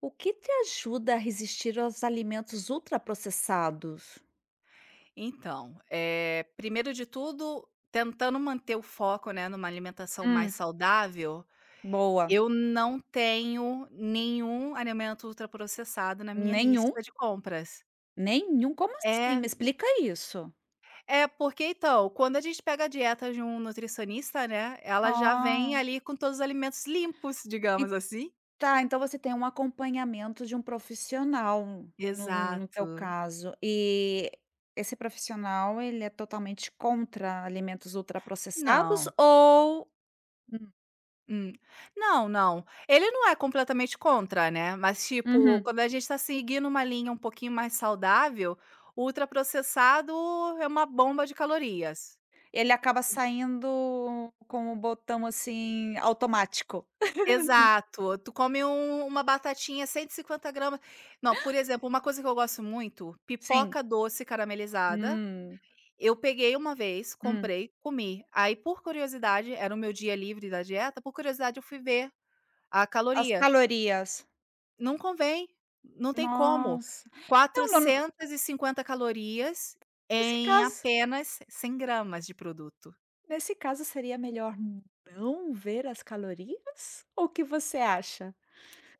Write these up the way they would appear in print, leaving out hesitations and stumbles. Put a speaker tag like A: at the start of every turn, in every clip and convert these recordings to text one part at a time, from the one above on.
A: O que te ajuda a resistir aos alimentos ultraprocessados?
B: Então, primeiro de tudo, tentando manter o foco, né, numa alimentação mais
A: Hum.
B: saudável,
A: Boa.
B: eu não tenho nenhum alimento ultraprocessado na minha
A: Nenhum?
B: lista de compras.
A: Nenhum? Como assim?
B: É,
A: Me explica isso.
B: é porque então, quando a gente pega a dieta de um nutricionista, né, ela já
A: Ah,
B: vem ali com todos os alimentos limpos,
A: en
B: digamos assim.
A: tá, então você tem um acompanhamento de um profissional no no teu
B: Exato.
A: caso, e esse profissional ele é totalmente contra alimentos ultraprocessados
B: Não.
A: ou. Hum.
B: Hum. Não, não. Ele não é completamente contra, né, mas, tipo,
A: Uhum,
B: quando a gente tá seguindo uma linha um pouquinho mais saudável, o ultraprocessado é uma bomba de calorias.
A: ele acaba saindo com o botão, assim, automático?
B: Exato. Tu come uma batatinha 150 gramas não, por exemplo, uma coisa que eu gosto muito,
A: Sim.
B: pipoca doce caramelizada.
A: Hum.
B: Eu peguei uma vez,
A: Hum.
B: comprei, comi. Aí, por curiosidade, era o meu dia livre da dieta, por curiosidade eu fui ver a
A: As
B: caloria.
A: calorias.
B: Não convém, não tem como.
A: Nossa. Então, não,
B: 450 calorias
A: nesse
B: em
A: caso
B: apenas 100 gramas de produto.
A: nesse caso seria melhor não ver as calorias? Ou o que você acha?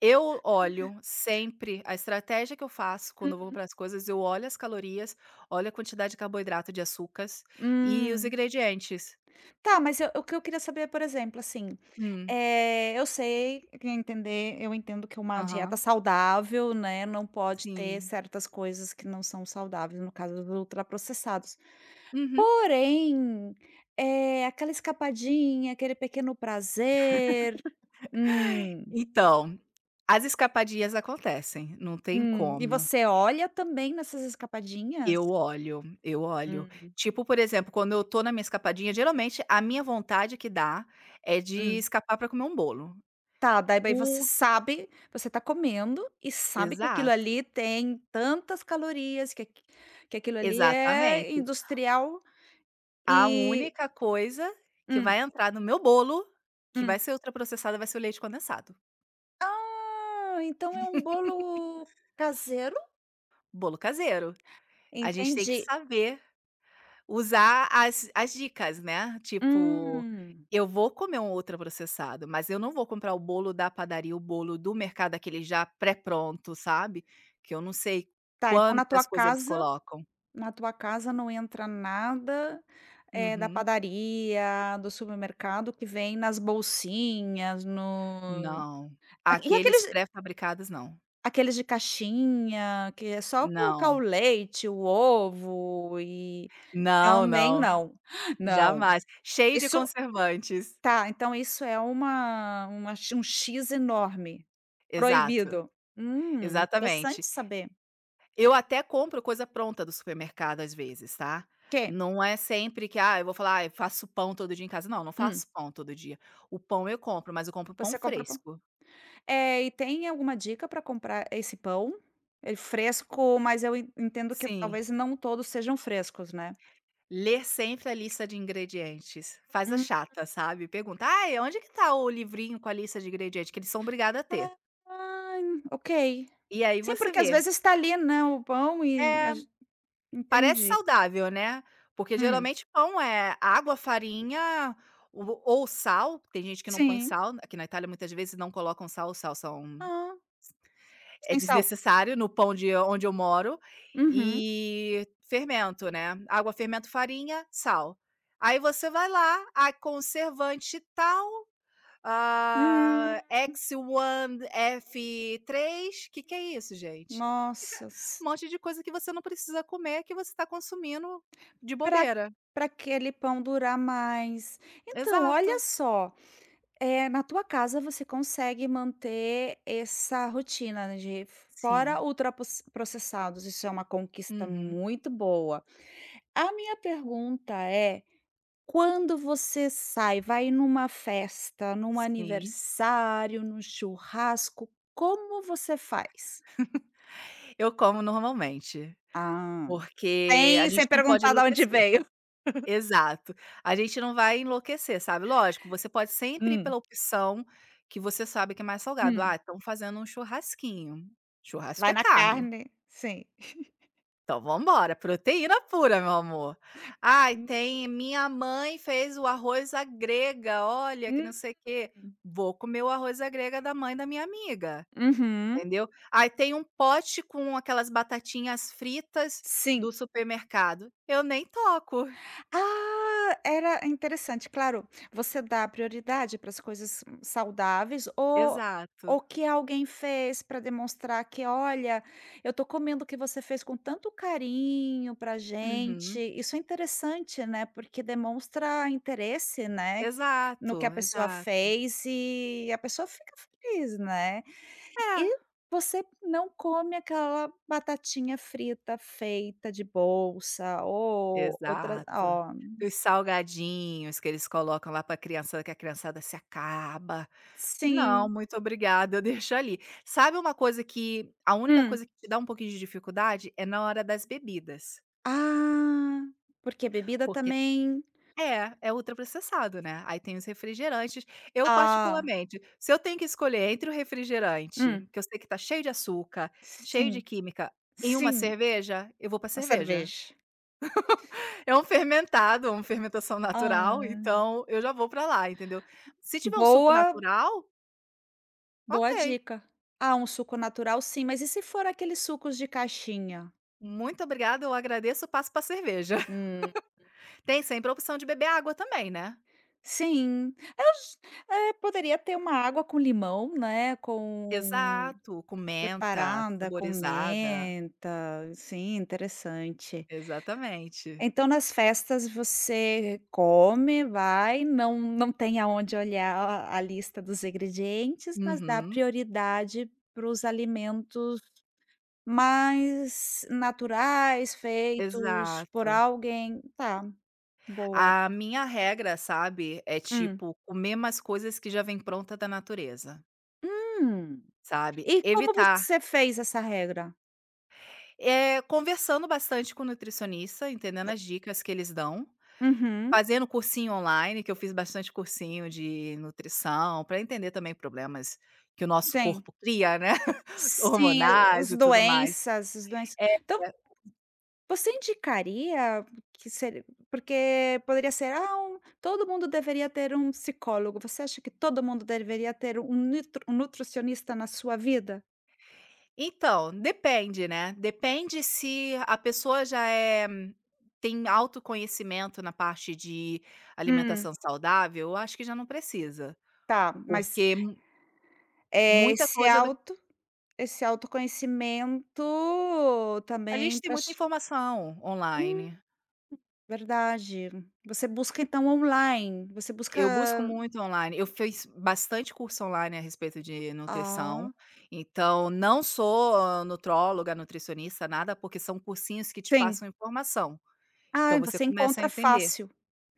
B: Eu olho sempre a estratégia que eu faço quando eu vou
A: Hum.
B: comprar as coisas, eu olho as calorias, olho a quantidade de carboidrato, de açúcares e os
A: Hum.
B: ingredientes.
A: Tá, mas eu o que eu queria saber, por exemplo, assim,
B: Hum,
A: eu sei, eu entendo que uma dieta
B: aham,
A: saudável, né, não pode ter
B: sim.
A: certas coisas que não são saudáveis, no caso dos ultraprocessados.
B: Uhum.
A: Porém, é aquela escapadinha, aquele pequeno prazer, hum.
B: Então, as escapadias acontecem, não tem
A: E
B: como.
A: você olha também nessas escapadinhas?
B: Eu olho, eu olho.
A: Hum.
B: Tipo, por exemplo, quando eu tô na minha escapadinha, geralmente a minha vontade que dá é de
A: Hum.
B: escapar para comer um bolo.
A: Tá, daí você
B: O
A: sabe, você tá comendo e sabe que aquilo
B: Exato,
A: ali tem tantas calorias, que aquilo ali é
B: exatamente.
A: industrial
B: A
A: e
B: única coisa que
A: hum,
B: vai entrar no meu bolo, que vai
A: hum.
B: ser ultraprocessada, vai ser o leite condensado.
A: Ah, então é um bolo caseiro?
B: Bolo caseiro. A gente tem que
A: Entendi.
B: saber usar as dicas, né, tipo,
A: Hum.
B: eu vou comer um ultraprocessado, mas eu não vou comprar o bolo da padaria, o bolo do mercado, aquele já pré-pronto, sabe, que eu não sei
A: Tá, então na tua
B: quantas coisas eles
A: casa
B: colocam.
A: Na tua casa não entra nada, da
B: Uhum.
A: padaria, do supermercado que vem nas bolsinhas, no.
B: Não,
A: E
B: aqueles
A: aqueles
B: pré-fabricados não.
A: aqueles de caixinha, que é só colocar o
B: Não,
A: leite, o ovo e
B: não,
A: também
B: não,
A: não. Não.
B: jamais. Cheio de
A: Isso,
B: conservantes.
A: tá, então isso é uma x um X enorme,
B: Exato,
A: proibido. Interessante
B: exatamente.
A: saber.
B: Eu até compro coisa pronta do supermercado às vezes, tá.
A: Que.
B: Não é sempre que, ah, eu vou falar: "Ai, faço pão todo dia em casa". Não, não
A: Hum,
B: faço pão todo dia. O pão eu compro, mas eu compro pão
A: você compra.
B: fresco.
A: É, e tem alguma dica para comprar esse pão? Ele fresco, mas eu en entendo que
B: Sim.
A: talvez não todos sejam frescos, né?
B: Ler sempre a lista de ingredientes. Faz a
A: Hum,
B: chata, sabe. Pergunta: "Ah, onde que tá o livrinho com a lista de ingredientes?" Que eles são obrigados a ter.
A: ah, ok.
B: E aí
A: Sim,
B: você
A: porque às
B: vê.
A: vezes está ali, né, o pão e a
B: É.
A: ge
B: Parece
A: entendi.
B: saudável, né, porque
A: Hum,
B: geralmente pão é água, farinha ou sal, tem gente que não põe
A: sim.
B: sal, aqui na Itália muitas vezes não colocam sal, o sal são
A: Ah,
B: é
A: sem sal.
B: desnecessário no pão de onde eu moro,
A: Uhum.
B: e fermento, né, água, fermento, farinha, sal. Aí você vai lá, a conservante tal, hã,
A: Hum,
B: x 1 f três. Que é isso, gente?
A: nossa.
B: Um monte de coisa que você não precisa comer, que você está consumindo de
A: Para para
B: bobeira.
A: pra aquele pão durar mais. Então, olha
B: Exato.
A: só. É, na tua casa você consegue manter essa rotina, né, de fora
B: Sim.
A: ultrapos processados, isso é uma conquista
B: Uhum.
A: muito boa. A minha pergunta é, quando você sai, vai numa festa, num
B: Sim.
A: aniversário, num churrasco, como você faz?
B: Eu como normalmente,
A: Ah,
B: porque a
A: sem
B: gente
A: sem
B: não pode
A: perguntar de onde
B: enlouquecer.
A: veio.
B: Exato. A gente não vai enlouquecer, sabe. Lógico, você pode sempre ir
A: Hum,
B: pela opção que você sabe que é mais salgado. "Ah,
A: hum,
B: estão fazendo um churrasquinho". Churrasco
A: vai
B: é
A: na
B: carne,
A: carne, sim.
B: então vamos embora, proteína pura, meu amor. "Ai,
A: Hum,
B: tem minha mãe fez o arroz à grega, olha, que não
A: hum,
B: sei o quê". Vou comer o arroz à grega da mãe da minha amiga.
A: uhum,
B: Entendeu? Aí tem um pote com aquelas batatinhas fritas
A: sim.
B: do supermercado, eu nem toco.
A: Ah, era interessante. Claro, você dá prioridade para as coisas saudáveis ou.
B: Exato.
A: O que alguém fez para demonstrar que, olha, eu tô comendo o que você fez com tanto carinho para gente.
B: Uhum.
A: Isso é interessante, né? Porque demonstra interesse, né? No que
B: Exato,
A: a pessoa
B: exato.
A: fez e a pessoa fica feliz, né?
B: É,
A: E você não come aquela batatinha frita feita de bolsa ou outras.
B: exato. Os salgadinhos que eles colocam lá para a criançada, que a criançada se acaba. Não,
A: Sim.
B: muito obrigada, eu deixo ali. Sabe, uma coisa que a única
A: Hum.
B: coisa que te dá um pouquinho de dificuldade é na hora das bebidas,
A: Ah, porque bebida
B: porque
A: também
B: é, é ultraprocessado, né, aí tem os refrigerantes. Eu
A: ah,
B: particularmente, se eu tenho que escolher entre o refrigerante,
A: hum.
B: que eu sei que tá cheio de açúcar, cheio de
A: Sim,
B: química, e uma
A: sim.
B: cerveja, eu vou pra
A: A
B: cerveja.
A: cerveja.
B: É um fermentado, uma fermentação
A: Ah,
B: natural, então eu já vou pra lá, entendeu. Se tiver um suco
A: boa
B: natural,
A: boa
B: ok,
A: dica. Ah, um suco natural, sim, mas e se for aqueles sucos de caixinha?
B: muito obrigada, eu agradeço, passo pra cerveja.
A: Hum.
B: Tem sempre a opção de beber água também, né.
A: Sim. Poderia ter uma água com limão, né, com.
B: Exato, com menta,
A: Preparada, com
B: saborizada.
A: menta, sim, interessante.
B: Exatamente.
A: Então, nas festas você come, vai, não tem aonde olhar a lista dos ingredientes, mas dá
B: Uhum.
A: prioridade para os alimentos mais naturais, feitos por
B: Exato.
A: alguém. Tá, boa.
B: A minha regra, sabe, é
A: Hum.
B: tipo comer umas coisas que já vem pronta da natureza,
A: Hum.
B: sabe.
A: E como
B: Evitar
A: você fez essa regra?
B: conversando bastante com o nutricionista, entendendo as dicas que eles dão,
A: Uhum,
B: fazendo cursinho online, que eu fiz bastante cursinho de nutrição, para entender também problemas que o nosso
A: sim.
B: corpo cria, né,
A: Sim, as
B: hormonais e tudo mais.
A: doenças as doenças.
B: É.
A: Então. Você indicaria que ser porque poderia ser: "Ah, todo mundo deveria ter um psicólogo". Você acha que todo mundo deveria ter um nitro um nutricionista na sua vida?
B: Então, depende, né, depende se a pessoa já é tem autoconhecimento na parte de
A: Hum.
B: alimentação saudável, eu acho que já não precisa,
A: Tá, mas,
B: porque mu-
A: eh,
B: muita
A: esse
B: coisa do
A: auto esse autoconhecimento
B: a
A: também
B: gente tem
A: pra.
B: muita informação
A: Hum,
B: online.
A: verdade. Você busca então online, você busca.
B: Eu busco muito online, eu fiz bastante curso online a respeito de nutrição,
A: Ah,
B: então não sou ah, nutróloga, nutricionista, nada, porque são cursinhos que te
A: sim.
B: passam informação, então
A: Ah,
B: você
A: você
B: começa a
A: encontra
B: entender.
A: fácil.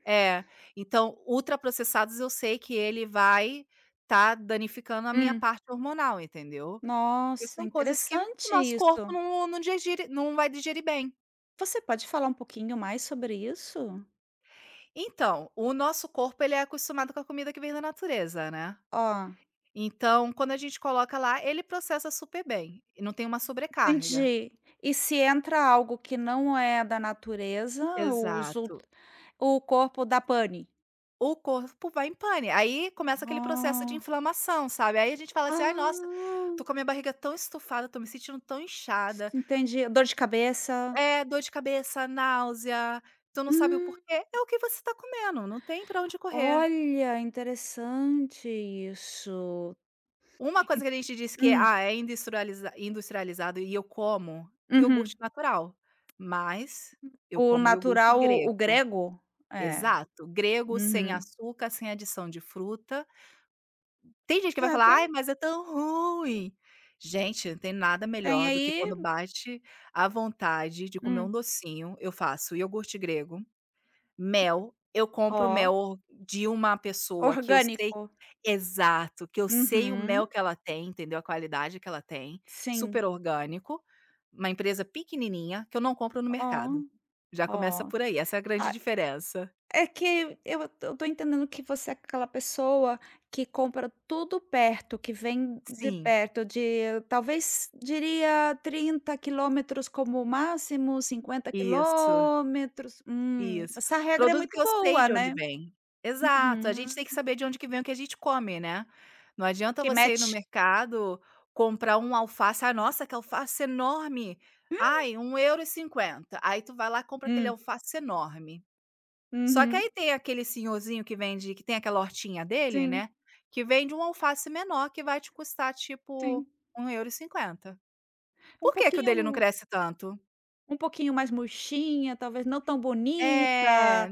B: É, então ultraprocessados eu sei que ele vai tá danificando a minha
A: Hum.
B: parte hormonal, entendeu. Porque
A: Nossa,
B: são coisas que o
A: interessante
B: nosso corpo
A: isso.
B: não vai digerir bem.
A: Você pode falar um pouquinho mais sobre isso?
B: Então, o nosso corpo ele é acostumado com a comida que vem da natureza, né.
A: Ó,
B: Então, quando a gente coloca lá, ele processa super bem, e não tem uma sobrecarga.
A: entendi. E se entra algo que não é da natureza, os ult
B: Exato.
A: o corpo dá pane?
B: O corpo vai em pane, aí começa aquele processo de
A: Ah.
B: inflamação, sabe. Aí a gente fala assim: "Ai, nossa,
A: Ah,
B: tô com a minha barriga tão estufada, tô me sentindo tão inchada".
A: entendi. Dor de cabeça.
B: É, dor de cabeça, náusea, tu não sabe o
A: Hum,
B: porquê, é o que você tá comendo, não tem pra onde correr.
A: olha, interessante isso.
B: Uma coisa que a gente diz que,
A: Hum,
B: ah, é industrializado e eu como
A: uhum.
B: iogurte natural, mas eu
A: O
B: como iogurte
A: natural, o
B: grego.
A: grego? É,
B: Exato, grego, sem
A: uhum.
B: açúcar, sem adição de fruta. Tem gente que vai
A: É,
B: falar:
A: tem
B: "Ai, mas é tão ruim". Gente, não tem nada
A: tem
B: melhor do que
A: aí.
B: quando bate a vontade de comer um
A: Hum,
B: docinho, eu faço iogurte grego. Mel, eu compro
A: ó,
B: mel de uma pessoa que eu sei
A: orgânico.
B: exato, que eu sei o
A: Uhum,
B: mel que ela tem, entendeu, a qualidade que ela tem,
A: sim.
B: super orgânico, uma empresa pequenininha, que eu não compro no
A: Ó,
B: mercado. Já começa
A: ó.
B: por aí, essa é a grande
A: Ah,
B: diferença.
A: é que eu tô entendendo que você é aquela pessoa que compra tudo perto, que vem de
B: Sim,
A: perto, de talvez diria 30 km como máximo, cinquenta
B: isso.
A: quilômetros. Hum,
B: Isso.
A: essa regra é
B: Produto
A: muito
B: que eu sei
A: boa,
B: de onde
A: né.
B: vem. Exato, a gente
A: Uhum.
B: tem que saber de onde que vem o que a gente come, né. Não adianta
A: Que
B: você ir no
A: mete.
B: mercado, comprar um alface, "ah, nossa, que alface enorme, ai, €1,50". Aí tu vai lá, e compra aquele
A: Hum,
B: alface enorme. Só que
A: uhum.
B: aí tem aquele senhorzinho que vende que tem aquela hortinha dele,
A: Sim,
B: né, que vende um alface menor que vai te custar tipo
A: sim.
B: €1,50.
A: Um
B: Por que que o
A: pouquinho
B: dele não cresce tanto?
A: um pouquinho mais murchinha, talvez não tão
B: É.
A: bonita.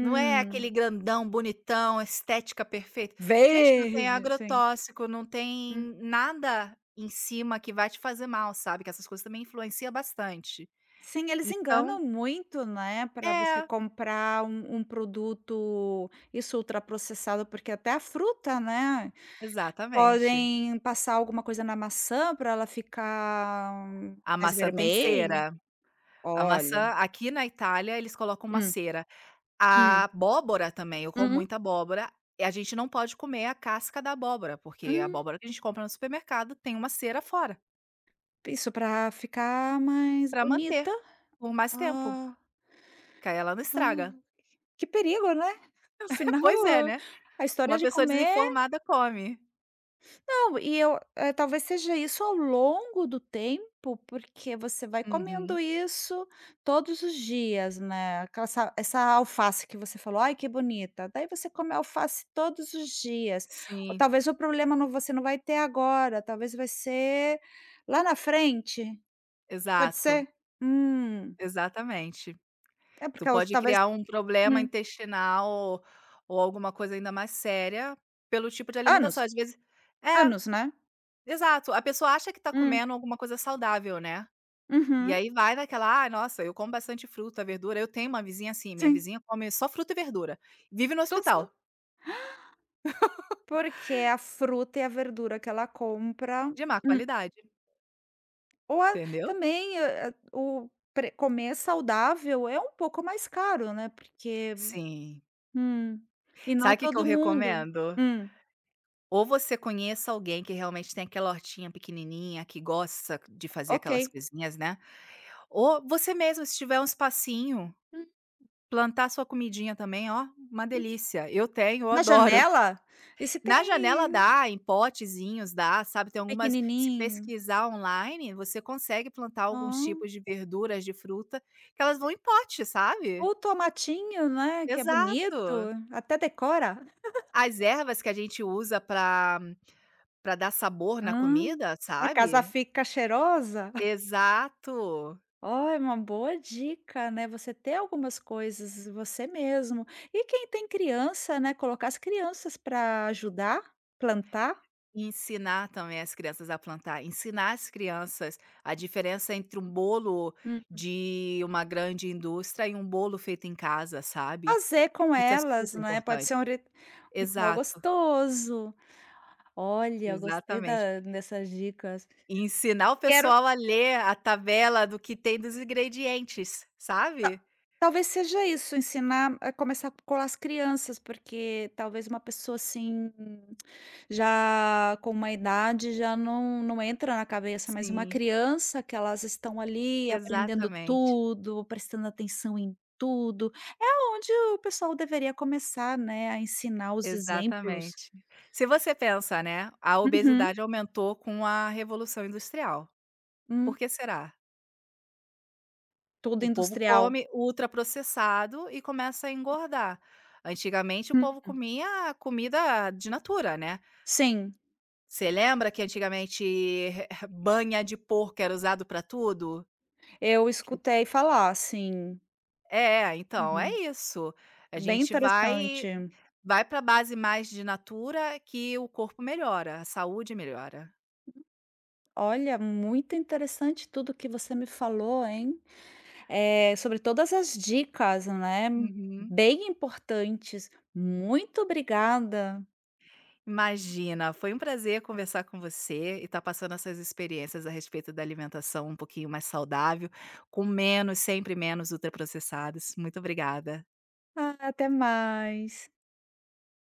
B: Não é aquele grandão, bonitão, estética perfeita. Gente, não tem
A: verde. Sim.
B: agrotóxico, não tem nada em cima que vai te fazer mal, sabe, que essas coisas também influenciam bastante.
A: Sim, eles
B: Então
A: enganam muito, né, para você
B: é,
A: comprar um produto, isso, ultraprocessado, porque até a fruta, né,
B: exatamente.
A: podem passar alguma coisa na maçã para ela ficar
B: A
A: mais
B: maçã tem
A: vermelha.
B: cera, a
A: Olha.
B: maçã aqui na Itália eles colocam uma
A: Hum,
B: cera. A
A: hum,
B: abóbora também, eu como
A: uhum,
B: muita abóbora, e a gente não pode comer a casca da abóbora, porque a
A: hum.
B: abóbora que a gente compra no supermercado tem uma cera fora,
A: Isso, para ficar mais
B: para
A: bonita.
B: manter por mais tempo,
A: Ah,
B: que aí ela não
A: ah,
B: estraga.
A: que perigo, né. Afinal,
B: Pois é, né,
A: a
B: uma
A: história de
B: pessoa
A: comer.
B: desinformada come.
A: Não, e eu talvez seja isso ao longo do tempo, porque você vai
B: Uhum.
A: comendo isso todos os dias, né, aquela essa essa alface que você falou: "Ai, que bonita", daí você come alface todos os dias, ou
B: Sim,
A: talvez o problema não você não vai ter agora, talvez vai ser lá na frente, pode
B: exato,
A: ser? Hum,
B: exatamente.
A: é
B: Tu
A: porque elas
B: pode
A: talvez
B: criar um problema
A: hum,
B: intestinal ou alguma coisa ainda mais séria pelo tipo de
A: anos,
B: alimentação, às vezes é,
A: anos, né?
B: exato, a pessoa acha que tá
A: Hum,
B: comendo alguma coisa saudável, né, e
A: uhum,
B: aí vai naquela: "Ah, nossa, eu como bastante fruta, verdura", eu tenho uma vizinha assim, minha
A: sim,
B: vizinha come só fruta e verdura, vive no hospital,
A: tudo porque a fruta e a verdura que ela compra
B: de má
A: hum.
B: qualidade,
A: Ou a
B: entendeu?
A: também, o pre comer saudável é um pouco mais caro, né, porque.
B: Sim.
A: Hum, e
B: Sabe
A: não
B: o que que eu
A: todo mundo.
B: recomendo?
A: Hum,
B: Ou você conheça alguém que realmente tem aquela hortinha pequenininha, que gosta de fazer
A: ok.
B: aquelas coisinhas, né, ou você mesmo, se tiver um espacinho,
A: Uhum.
B: plantar sua comidinha também, ó, uma delícia. Eu tenho, eu
A: Na
B: adoro.
A: janela? E se tem
B: Na janela dá, em potezinhos dá, sabe, tem algumas se
A: pequenininho?
B: pesquisar online, você consegue plantar
A: Hã.
B: alguns tipos de verduras, de fruta, que elas vão em pote, sabe.
A: Ou o tomatinho, né, que é
B: Exato.
A: bonito, até decora.
B: As ervas que a gente usa para dar sabor na
A: Hã.
B: comida,
A: A casa
B: sabe.
A: fica cheirosa.
B: Exato.
A: Ó, é uma boa dica, né, você ter algumas coisas você mesmo. E quem tem criança, né, colocar as crianças para ajudar, plantar.
B: Ensinar também as crianças a plantar, ensinar as crianças a diferença entre um bolo
A: Hum.
B: de uma grande indústria e um bolo feito em casa, sabe.
A: Fazer com
B: Isso é
A: elas,
B: super
A: né, pode
B: importante.
A: ser um ri ritual
B: Exato,
A: gostoso. Olha, gostei
B: exatamente.
A: da dessas dicas.
B: E ensinar o
A: Quero
B: pessoal a ler a tabela do que tem dos ingredientes,
A: Ta
B: sabe.
A: talvez seja isso, ensinar a começar com as crianças, porque talvez uma pessoa, assim, já com uma idade já não entra na cabeça, mas uma
B: Sim,
A: criança que elas estão ali aprendendo
B: exatamente,
A: tudo, prestando atenção em tudo, é onde o pessoal deveria começar, né, a ensinar os exemplos.
B: exatamente. Se você pensa, né, a
A: Uhum,
B: obesidade aumentou com a revolução industrial, por
A: hum,
B: que será?
A: tudo
B: O povo
A: industrial.
B: come ultraprocessado e começa a engordar. Antigamente, o povo comia comida de natura, né.
A: Sim,
B: Você lembra que antigamente banha de porco era usado para tudo?
A: eu
B: Que
A: escutei falar, sim.
B: é, então, é
A: Uhum,
B: isso. A
A: é bem
B: gente
A: interessante.
B: vai vai pra base mais de natura que o corpo melhora, a saúde melhora.
A: Olha, muito interessante tudo que você me falou, hein? Sobre todas as dicas, né?
B: Uhum.
A: Bem importantes. Muito obrigada.
B: Imagina, foi um prazer conversar com você e estar passando essas experiências a respeito da alimentação um pouquinho mais saudável, com menos, sempre menos ultraprocessados. Muito obrigada.
A: Ah, até mais.